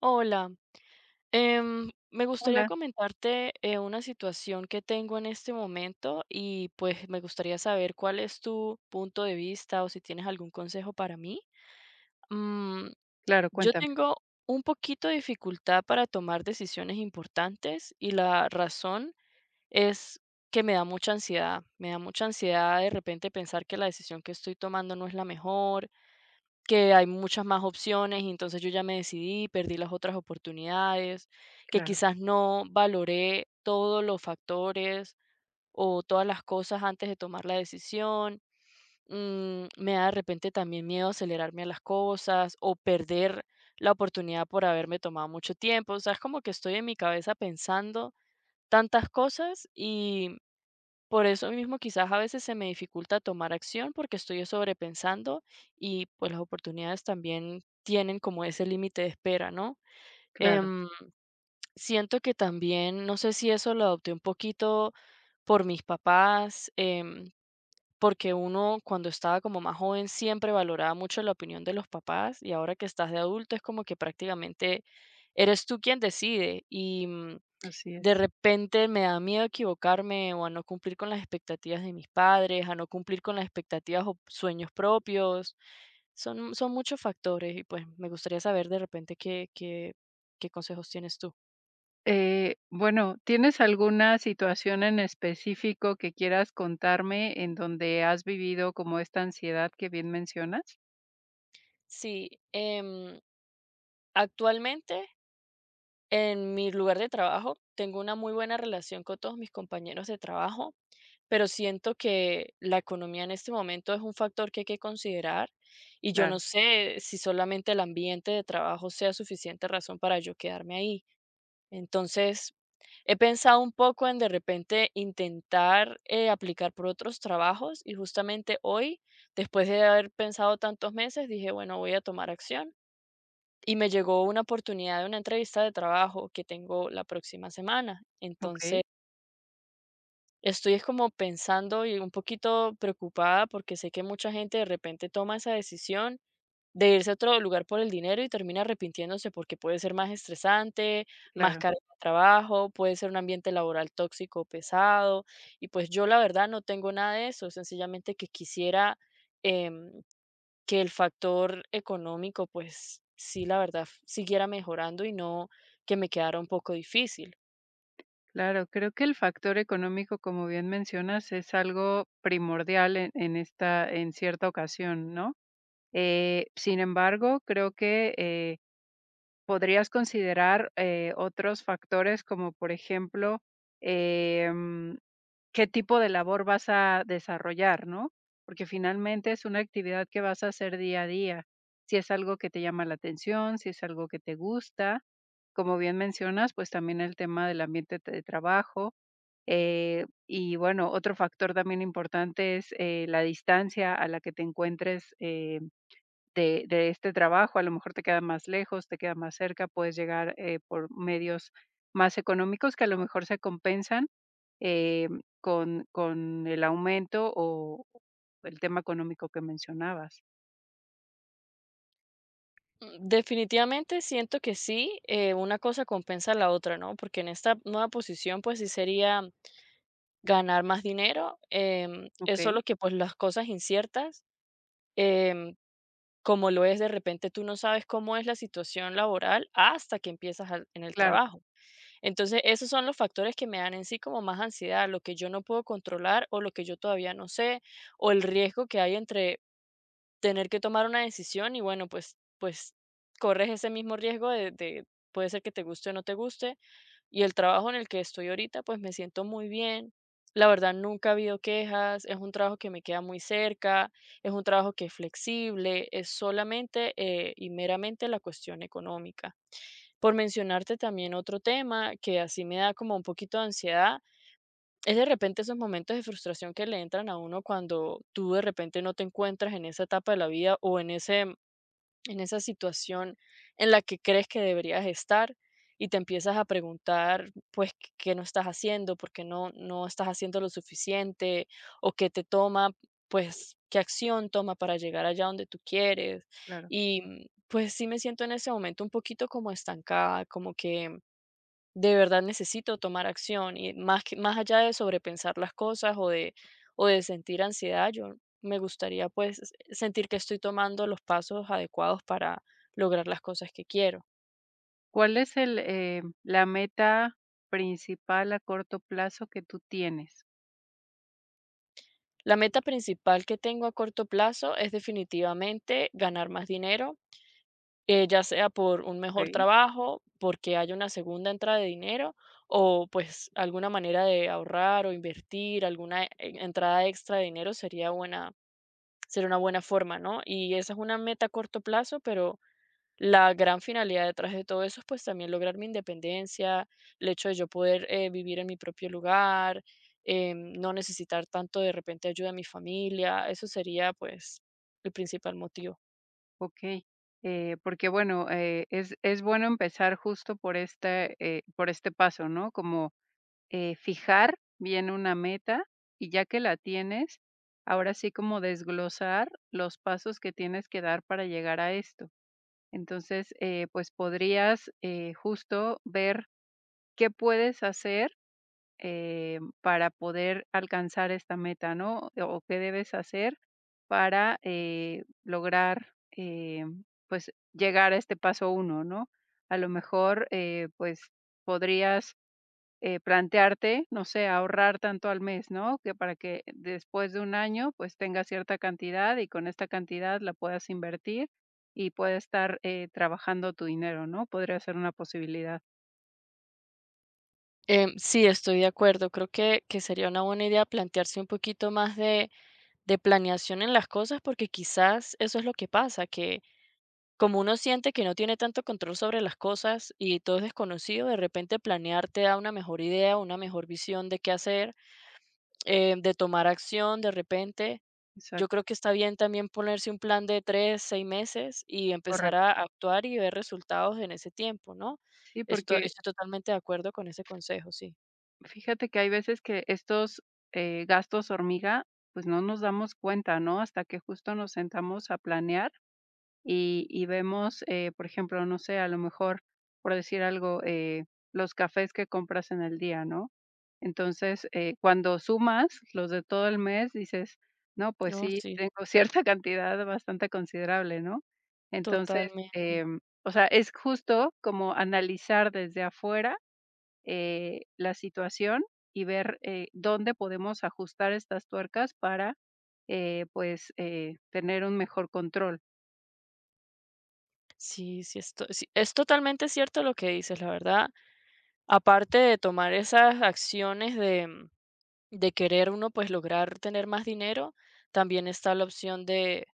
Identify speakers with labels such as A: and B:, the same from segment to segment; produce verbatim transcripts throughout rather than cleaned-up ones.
A: Hola, em, me gustaría
B: Hola,
A: comentarte eh, una situación que tengo en este momento y pues me gustaría saber cuál es tu punto de vista o si tienes algún consejo para mí. Mm,
B: claro,
A: yo
B: cuéntame,
A: tengo un poquito de dificultad para tomar decisiones importantes y la razón es que me da mucha ansiedad. Me da mucha ansiedad de repente pensar que la decisión que estoy tomando no es la mejor, que hay muchas más opciones y entonces yo ya me decidí, perdí las otras oportunidades, que
B: claro,
A: quizás no valoré todos los factores o todas las cosas antes de tomar la decisión. Mm, me da de repente también miedo acelerarme a las cosas o perder la oportunidad por haberme tomado mucho tiempo. O sea, es como que estoy en mi cabeza pensando tantas cosas y por eso mismo quizás a veces se me dificulta tomar acción porque estoy sobrepensando, y pues las oportunidades también tienen como ese límite de espera, ¿no?
B: claro,
A: Em, Siento que también, no sé si eso lo adopté un poquito por mis papás, em, porque uno cuando estaba como más joven siempre valoraba mucho la opinión de los papás, y ahora que estás de adulto es como que prácticamente eres tú quien decide, y mm,
B: así
A: de
B: es.
A: repente me da miedo equivocarme o a no cumplir con las expectativas de mis padres, a no cumplir con las expectativas o sueños propios. Son, son muchos factores y pues me gustaría saber de repente qué, qué, qué consejos tienes tú.
B: Eh, bueno, ¿tienes alguna situación en específico que quieras contarme en donde has vivido como esta ansiedad que bien mencionas?
A: Sí, em, actualmente en mi lugar de trabajo tengo una muy buena relación con todos mis compañeros de trabajo, pero siento que la economía en este momento es un factor que hay que considerar, y yo no
B: Claro,
A: sé si solamente el ambiente de trabajo sea suficiente razón para yo quedarme ahí. Entonces, he pensado un poco en de repente intentar eh, aplicar por otros trabajos, y justamente hoy, después de haber pensado tantos meses, dije, bueno, voy a tomar acción. Y me llegó una oportunidad de una entrevista de trabajo que tengo la próxima semana. Entonces,
B: ok,
A: estoy es como pensando y un poquito preocupada porque sé que mucha gente de repente toma esa decisión de irse a otro lugar por el dinero y termina arrepintiéndose porque puede ser más estresante, más
B: claro,
A: carga de trabajo, puede ser un ambiente laboral tóxico, pesado. Y pues yo la verdad no tengo nada de eso, sencillamente que quisiera em, que el factor económico pues sí la verdad f- siguiera mejorando y no que me quedara un poco difícil.
B: claro. Creo que el factor económico, como bien mencionas, es algo primordial en, en esta, en cierta ocasión, ¿no? Eh, sin embargo, creo que eh, podrías considerar eh, otros factores como, por ejemplo, em, qué tipo de labor vas a desarrollar, ¿no? Porque finalmente es una actividad que vas a hacer día a día. Si es algo que te llama la atención, si es algo que te gusta, como bien mencionas, pues también el tema del ambiente de trabajo. eh, y bueno, otro factor también importante es eh, la distancia a la que te encuentres eh, de de este trabajo, a lo mejor te queda más lejos, te queda más cerca, puedes llegar, eh, por medios más económicos que a lo mejor se compensan, em, con con el aumento o el tema económico que mencionabas.
A: Mm, Definitivamente siento que sí, eh, una cosa compensa la otra, ¿no? Porque en esta nueva posición, pues sí sería ganar más dinero, em, es
B: Okey,
A: solo que pues las cosas inciertas, em, como lo es de repente, tú no sabes cómo es la situación laboral hasta que empiezas al- en el
B: claro,
A: trabajo. Entonces, esos son los factores que me dan en sí como más ansiedad, lo que yo no puedo controlar o lo que yo todavía no sé, o el riesgo que hay entre tener que tomar una decisión y, bueno, pues pues corres ese mismo riesgo de de puede ser que te guste o no te guste, y el trabajo en el que estoy ahorita, pues me siento muy bien. La verdad, nunca ha habido quejas, es un trabajo que me queda muy cerca, es un trabajo que es flexible, es solamente, eh, y meramente la cuestión económica. Por mencionarte también otro tema que así me da como un poquito de ansiedad, es de repente esos momentos de frustración que le entran a uno cuando tú de repente no te encuentras en esa etapa de la vida o en ese, en esa situación en la que crees que deberías estar, y te empiezas a preguntar, pues, qué qué no estás haciendo, por qué no, no estás haciendo lo suficiente o qué te toma, pues, qué acción toma para llegar allá donde tú quieres.
B: claro.
A: Y mm, pues sí me siento en ese momento un poquito como estancada, como que de verdad necesito tomar acción, y más que, más allá de sobrepensar las cosas o de o de sentir ansiedad, yo me gustaría pues sentir que estoy tomando los pasos adecuados para lograr las cosas que quiero.
B: ¿Cuál es el, em, la meta principal a corto plazo que tú tienes?
A: La meta principal que tengo a corto plazo es definitivamente ganar más dinero, eh, ya sea por un mejor
B: Okey,
A: trabajo, porque haya una segunda entrada de dinero o pues alguna manera de ahorrar o invertir, alguna eh, entrada extra de dinero sería buena, sería una buena forma, ¿no? Y esa es una meta a corto plazo, pero la gran finalidad detrás de todo eso es pues también lograr mi independencia, el hecho de yo poder eh, vivir en mi propio lugar, em, no necesitar tanto de repente ayuda a mi familia. Eso sería pues el principal motivo.
B: okey. Eh, porque bueno, eh, es es bueno empezar justo por este, eh, por este paso, ¿no? Como eh, fijar bien una meta y ya que la tienes, ahora sí como desglosar los pasos que tienes que dar para llegar a esto. Entonces, eh, pues podrías eh, justo ver qué puedes hacer eh, para poder alcanzar esta meta, ¿no? O qué debes hacer para eh, lograr, eh, pues, llegar a este paso uno, ¿no? A lo mejor, eh, pues, podrías eh, plantearte, no sé, ahorrar tanto al mes, ¿no? Que para que después de un año, pues tengas cierta cantidad y con esta cantidad la puedas invertir y pueda estar eh, trabajando tu dinero, ¿no? Podría ser una posibilidad.
A: Em, sí, estoy de acuerdo. Creo que, que sería una buena idea plantearse un poquito más de, de planeación en las cosas, porque quizás eso es lo que pasa, que como uno siente que no tiene tanto control sobre las cosas y todo es desconocido, de repente planear te da una mejor idea, una mejor visión de qué hacer, eh, de tomar acción de repente. Yo creo
B: Exacto,
A: que está bien también ponerse un plan de tres, seis meses y empezar
B: correcto.
A: a actuar y ver resultados en ese tiempo, ¿no?
B: Sí,
A: Esto,
B: porque
A: estoy totalmente de acuerdo con ese consejo, sí.
B: fíjate que hay veces que estos eh, gastos hormiga, pues no nos damos cuenta, ¿no? Hasta que justo nos sentamos a planear y y vemos, eh, por ejemplo, no sé, a lo mejor, por decir algo, eh, los cafés que compras en el día, ¿no? Entonces, eh, cuando sumas los de todo el mes, dices: "No, pues
A: No,
B: sí,
A: sí,
B: tengo cierta cantidad bastante considerable", ¿no? Entonces,
A: totalmente.
B: em, o sea, es justo como analizar desde afuera, eh, la situación y ver, eh, dónde podemos ajustar estas tuercas para, eh, pues, eh, tener un mejor control.
A: Sí, sí, esto, sí, es totalmente cierto lo que dices, la verdad. Aparte de tomar esas acciones de, mm, de querer uno pues lograr tener más dinero, también está la opción de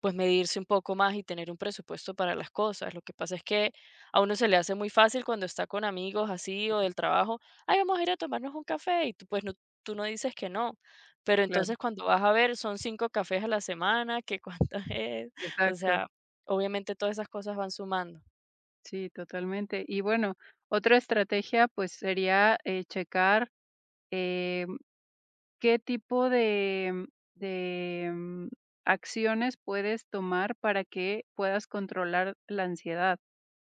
A: pues medirse un poco más y tener un presupuesto para las cosas. Lo que pasa es que a uno se le hace muy fácil cuando está con amigos así o
B: Claro,
A: del trabajo, ay, vamos a ir a tomarnos un café y tú pues no, tú no dices que no, pero
B: claro.
A: entonces cuando vas a ver son cinco cafés a la semana, que cuánto es, o
B: Exacto,
A: sea, obviamente todas esas cosas van sumando.
B: sí, totalmente. Y bueno, otra estrategia, pues, sería, eh, checar, eh, qué tipo de mm, de, mm, acciones puedes tomar para que puedas controlar la ansiedad.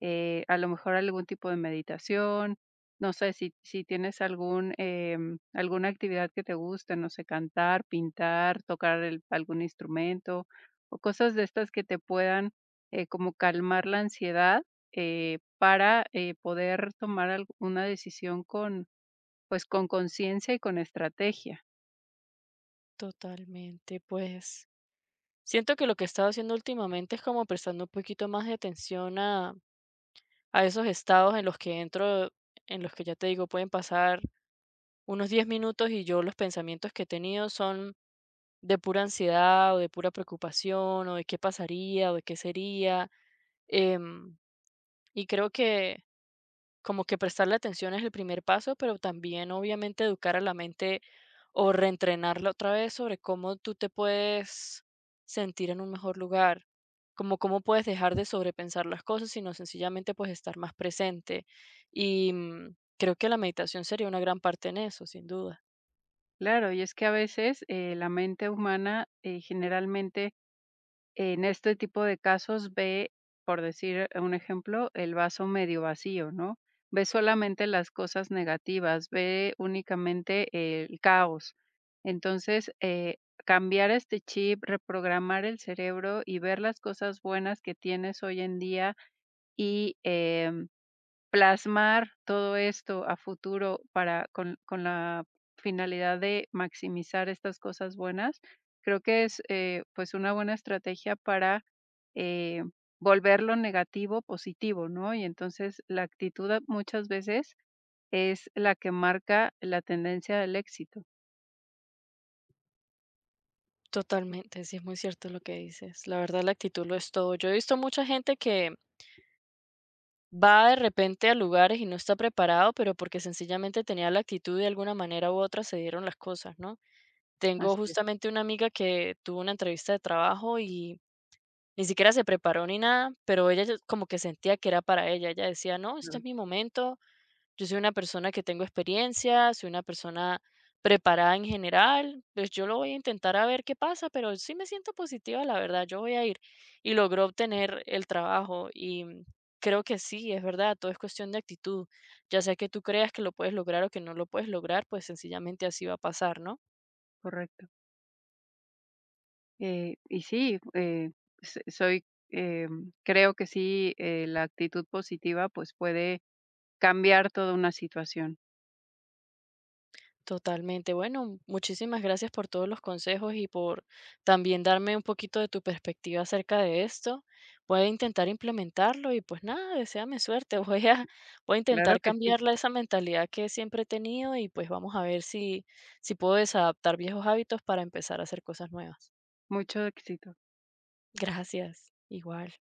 B: eh, A lo mejor algún tipo de meditación, no sé, si si tienes algún, em, alguna actividad que te guste, no sé, cantar, pintar, tocar el algún instrumento, o cosas de estas que te puedan, eh, como calmar la ansiedad, eh, para, eh, poder tomar alguna decisión con, pues, con conciencia y con estrategia.
A: Totalmente, pues siento que lo que he estado haciendo últimamente es como prestando un poquito más de atención a, a esos estados en los que entro, en los que ya te digo, pueden pasar unos diez minutos y yo los pensamientos que he tenido son de pura ansiedad o de pura preocupación o de qué pasaría o de qué sería. Em, y creo que como que prestarle atención es el primer paso, pero también obviamente educar a la mente o reentrenarla otra vez sobre cómo tú te puedes sentir en un mejor lugar, como cómo puedes dejar de sobrepensar las cosas, sino sencillamente pues estar más presente. Y mm, creo que la meditación sería una gran parte en eso, sin duda.
B: Claro, y es que a veces, eh, la mente humana, eh, generalmente en este tipo de casos ve, por decir un ejemplo, el vaso medio vacío, ¿no? Ve solamente las cosas negativas, ve únicamente el caos. Entonces, eh, cambiar este chip, reprogramar el cerebro y ver las cosas buenas que tienes hoy en día y em, plasmar todo esto a futuro para con con la finalidad de maximizar estas cosas buenas, creo que es, eh, pues, una buena estrategia para, eh, volver lo negativo positivo, ¿no? Y entonces la actitud a- muchas veces es la que marca la tendencia del éxito.
A: Totalmente, sí, es muy cierto lo que dices. La verdad, la actitud lo es todo. Yo he visto mucha gente que va de repente a lugares y no está preparado, pero porque sencillamente tenía la actitud y de alguna manera u otra se dieron las cosas, ¿no? Tengo
B: Así es,
A: justamente una amiga que tuvo una entrevista de trabajo y ni siquiera se preparó ni nada, pero ella ya como que sentía que era para ella. Ella decía, no, este
B: claro,
A: es mi momento, yo soy una persona que tengo experiencia, soy una persona preparada en general, pues yo lo voy a intentar a ver qué pasa, pero sí me siento positiva, la verdad, yo voy a ir. Y logró obtener el trabajo y mm, creo que sí, es verdad, todo es cuestión de actitud. Ya sea que tú creas que lo puedes lograr o que no lo puedes lograr, pues sencillamente así va a pasar, ¿no?
B: correcto. Eh, y sí, eh, s soy, em, creo que sí, eh, la actitud positiva, pues, puede cambiar toda una situación.
A: Totalmente. Bueno, muchísimas gracias por todos los consejos y por también darme un poquito de tu perspectiva acerca de esto. Voy a intentar implementarlo y pues nada, deséame suerte. Voy a, voy a
B: Claro
A: intentar
B: que sí,
A: cambiarla esa mentalidad que siempre he tenido, y pues vamos a ver si, si puedo desadaptar viejos hábitos para empezar a hacer cosas nuevas.
B: mucho éxito.
A: Gracias, igual.